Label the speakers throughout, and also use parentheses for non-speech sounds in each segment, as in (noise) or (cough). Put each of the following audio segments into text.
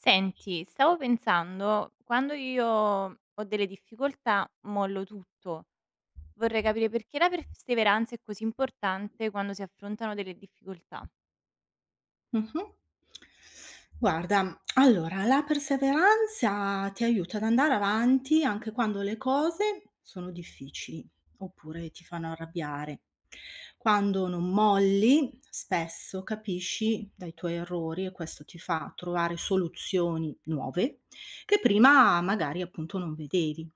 Speaker 1: Senti, stavo pensando, quando io ho delle difficoltà mollo tutto. Vorrei capire perché la perseveranza è così importante quando si affrontano delle difficoltà.
Speaker 2: Mh-mh. Guarda, allora la perseveranza ti aiuta ad andare avanti anche quando le cose sono difficili, oppure ti fanno arrabbiare. Quando non molli, spesso capisci dai tuoi errori e questo ti fa trovare soluzioni nuove che prima magari appunto non vedevi.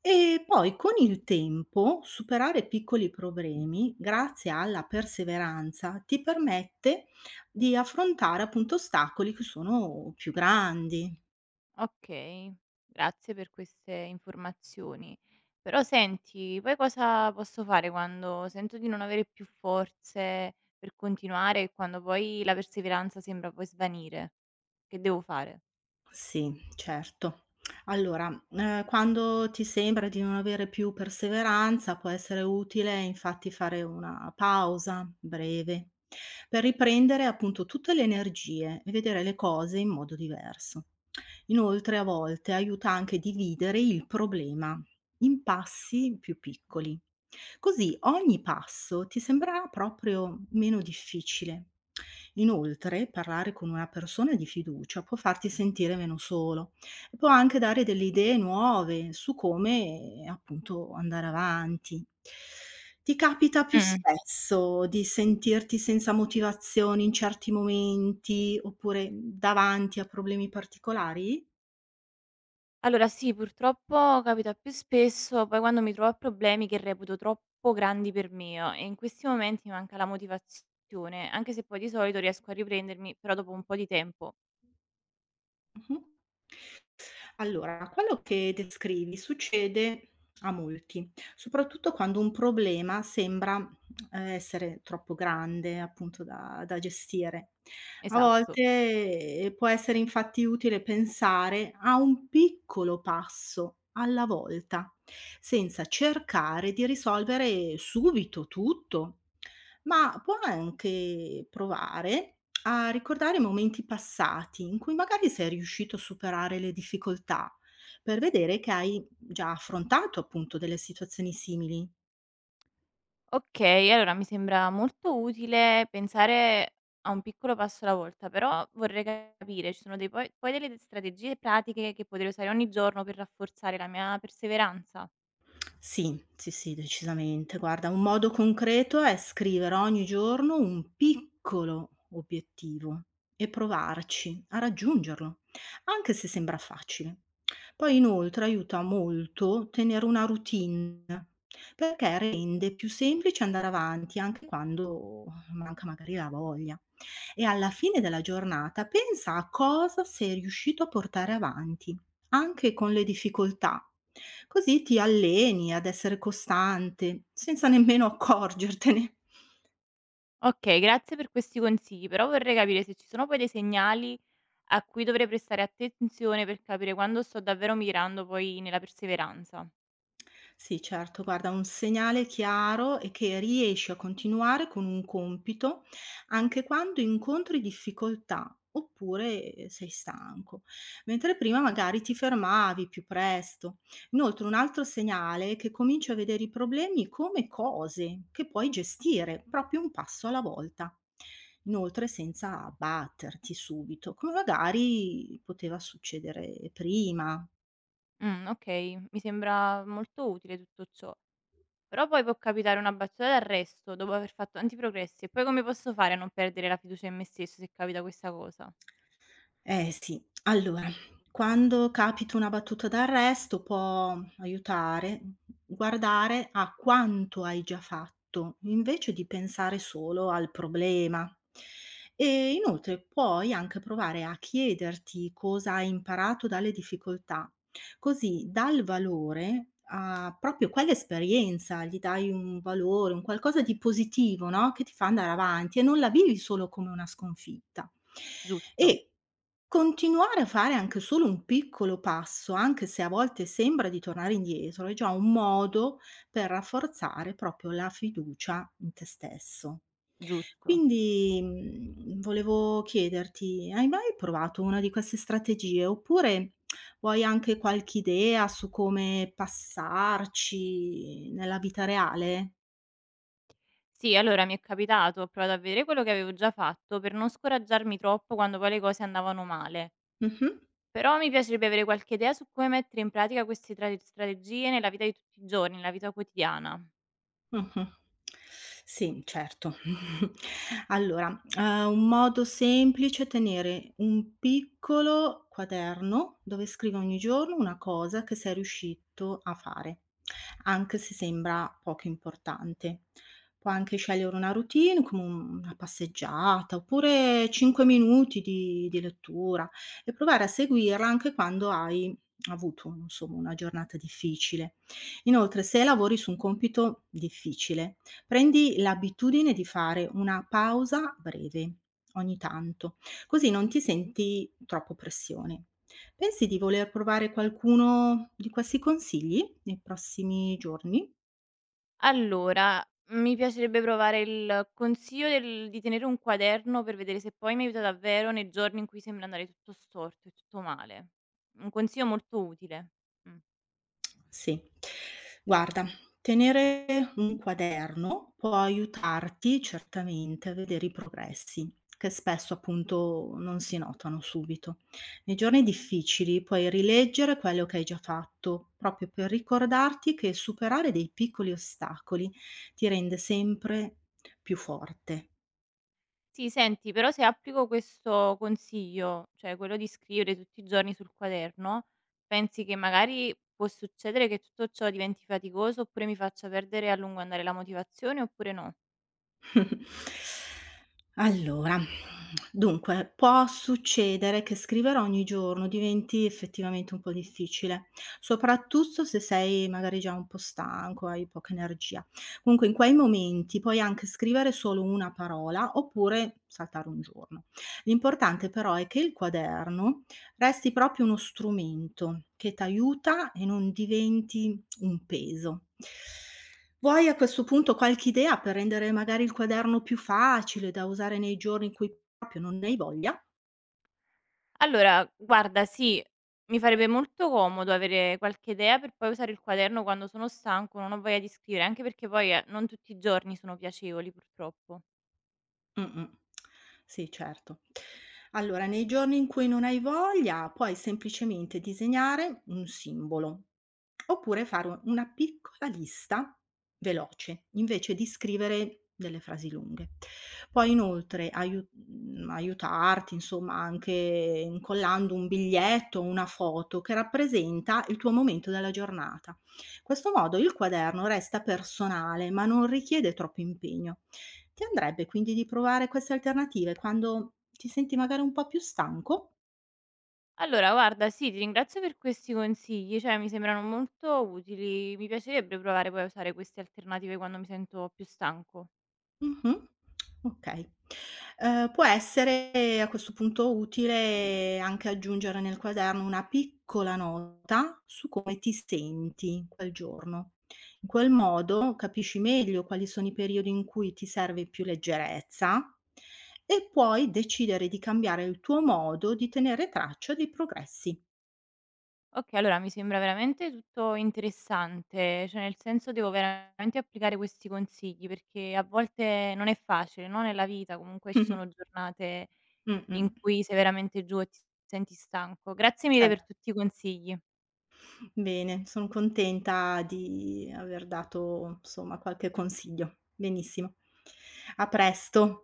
Speaker 2: E poi con il tempo superare piccoli problemi grazie alla perseveranza ti permette di affrontare appunto ostacoli che sono più grandi.
Speaker 1: Okay, grazie per queste informazioni. Però senti, poi cosa posso fare quando sento di non avere più forze per continuare e quando poi la perseveranza sembra poi svanire? Che devo fare?
Speaker 2: Sì, certo. Allora, quando ti sembra di non avere più perseveranza, può essere utile infatti fare una pausa breve, per riprendere appunto tutte le energie e vedere le cose in modo diverso. Inoltre a volte aiuta anche a dividere il problema in passi più piccoli. Così ogni passo ti sembrerà proprio meno difficile. Inoltre, parlare con una persona di fiducia può farti sentire meno solo e può anche dare delle idee nuove su come, appunto, andare avanti. Ti capita più spesso di sentirti senza motivazioni in certi momenti oppure davanti a problemi particolari?
Speaker 1: Allora sì, purtroppo capita più spesso, poi quando mi trovo a problemi che reputo troppo grandi per me oh, e in questi momenti mi manca la motivazione, anche se poi di solito riesco a riprendermi, però dopo un po' di tempo.
Speaker 2: Mh-mh. Allora, quello che descrivi succede a molti, soprattutto quando un problema sembra, essere troppo grande, appunto, da gestire. A
Speaker 1: Esatto.
Speaker 2: volte, può essere infatti utile pensare a un piccolo passo alla volta, senza cercare di risolvere subito tutto, ma può anche provare a ricordare momenti passati in cui magari sei riuscito a superare le difficoltà, per vedere che hai già affrontato appunto delle situazioni simili.
Speaker 1: Ok, allora mi sembra molto utile pensare a un piccolo passo alla volta, però vorrei capire, ci sono dei poi delle strategie pratiche che potrei usare ogni giorno per rafforzare la mia perseveranza?
Speaker 2: Sì, sì, sì, decisamente. Guarda, un modo concreto è scrivere ogni giorno un piccolo obiettivo e provarci a raggiungerlo, anche se sembra facile. Poi inoltre aiuta molto tenere una routine, perché rende più semplice andare avanti anche quando manca magari la voglia. E alla fine della giornata pensa a cosa sei riuscito a portare avanti anche con le difficoltà. Così ti alleni ad essere costante, senza nemmeno accorgertene.
Speaker 1: Ok, grazie per questi consigli, però vorrei capire se ci sono poi dei segnali a cui dovrei prestare attenzione per capire quando sto davvero migrando poi nella perseveranza.
Speaker 2: Sì, certo, guarda, un segnale chiaro è che riesci a continuare con un compito anche quando incontri difficoltà oppure sei stanco, mentre prima magari ti fermavi più presto. Inoltre, un altro segnale è che cominci a vedere i problemi come cose che puoi gestire proprio un passo alla volta. Inoltre, senza batterti subito, come magari poteva succedere prima.
Speaker 1: Okay, mi sembra molto utile tutto ciò. Però poi può capitare una battuta d'arresto dopo aver fatto tanti progressi e poi come posso fare a non perdere la fiducia in me stesso se capita questa cosa?
Speaker 2: Eh sì, allora, quando capita una battuta d'arresto può aiutare guardare a quanto hai già fatto, invece di pensare solo al problema. E inoltre puoi anche provare a chiederti cosa hai imparato dalle difficoltà, così dal valore a proprio quell'esperienza gli dai un valore, un qualcosa di positivo, no, che ti fa andare avanti e non la vivi solo come una sconfitta.
Speaker 1: Giusto,
Speaker 2: E continuare a fare anche solo un piccolo passo, anche se a volte sembra di tornare indietro, è già un modo per rafforzare proprio la fiducia in te stesso.
Speaker 1: giusto.
Speaker 2: Quindi, volevo chiederti: hai mai provato una di queste strategie, oppure vuoi anche qualche idea su come passarci nella vita reale?
Speaker 1: Sì, allora mi è capitato, ho provato a vedere quello che avevo già fatto per non scoraggiarmi troppo quando poi le cose andavano male.
Speaker 2: Mh-mh.
Speaker 1: Però mi piacerebbe avere qualche idea su come mettere in pratica queste strategie nella vita di tutti i giorni, nella vita quotidiana.
Speaker 2: Mh-mh. Sì, certo. (laughs) Allora, un modo semplice è tenere un piccolo quaderno dove scrivi ogni giorno una cosa che sei riuscito a fare, anche se sembra poco importante. Puoi anche scegliere una routine come un una passeggiata oppure 5 minuti di lettura e provare a seguirla anche quando hai avuto, insomma, una giornata difficile. Inoltre, se lavori su un compito difficile, prendi l'abitudine di fare una pausa breve ogni tanto, così non ti senti troppo pressione. Pensi di voler provare qualcuno di questi consigli nei prossimi giorni?
Speaker 1: Allora, mi piacerebbe provare il consiglio del di tenere un quaderno per vedere se poi mi aiuta davvero nei giorni in cui sembra andare tutto storto e tutto male. Un consiglio molto utile. Mh.
Speaker 2: Sì. Guarda, tenere un quaderno può aiutarti certamente a vedere i progressi, che spesso appunto non si notano subito. Nei giorni difficili puoi rileggere quello che hai già fatto, proprio per ricordarti che superare dei piccoli ostacoli ti rende sempre più forte.
Speaker 1: Sì, senti, però se applico questo consiglio, cioè quello di scrivere tutti i giorni sul quaderno, pensi che magari può succedere che tutto ciò diventi faticoso oppure mi faccia perdere a lungo andare la motivazione oppure no?
Speaker 2: (laughs) Allora, dunque, può succedere che scrivere ogni giorno diventi effettivamente un po' difficile, soprattutto se sei magari già un po' stanco, hai poca energia. Comunque in quei momenti puoi anche scrivere solo una parola oppure saltare un giorno. L'importante però è che il quaderno resti proprio uno strumento che ti aiuta e non diventi un peso. Vuoi a questo punto qualche idea per rendere magari il quaderno più facile da usare nei giorni in cui proprio non ne hai voglia?
Speaker 1: Allora, guarda, sì, mi farebbe molto comodo avere qualche idea per poi usare il quaderno quando sono stanco, non ho voglia di scrivere, anche perché poi non tutti i giorni sono piacevoli, purtroppo.
Speaker 2: Mh-mh. Sì, certo. Allora, nei giorni in cui non hai voglia, puoi semplicemente disegnare un simbolo, oppure fare u una piccola lista veloce, invece di scrivere delle frasi lunghe. Può inoltre aiutarti, insomma, anche incollando un biglietto o una foto che rappresenta il tuo momento della giornata. Questo modo il quaderno resta personale, ma non richiede troppo impegno. Ti andrebbe quindi di provare queste alternative quando ti senti magari un po' più stanco?
Speaker 1: Allora, guarda, sì, ti ringrazio per questi consigli, cioè mi sembrano molto utili. Mi piacerebbe provare poi a usare queste alternative quando mi sento più stanco.
Speaker 2: Mh-mh. Okay. Può essere a questo punto utile anche aggiungere nel quaderno una piccola nota su come ti senti quel giorno. In quel modo capisci meglio quali sono i periodi in cui ti serve più leggerezza e puoi decidere di cambiare il tuo modo di tenere traccia dei progressi.
Speaker 1: Okay, allora mi sembra veramente tutto interessante, cioè nel senso devo veramente applicare questi consigli, perché a volte non è facile, no, nella vita, comunque
Speaker 2: (laughs)
Speaker 1: ci
Speaker 2: Mh-mh.
Speaker 1: sono giornate in
Speaker 2: Mh-mh.
Speaker 1: cui sei veramente giù e ti senti stanco. Grazie mille
Speaker 2: Cer
Speaker 1: per tutti i consigli.
Speaker 2: Bene, son contenta di aver dato, insomma, qualche consiglio. Benissimo. A presto.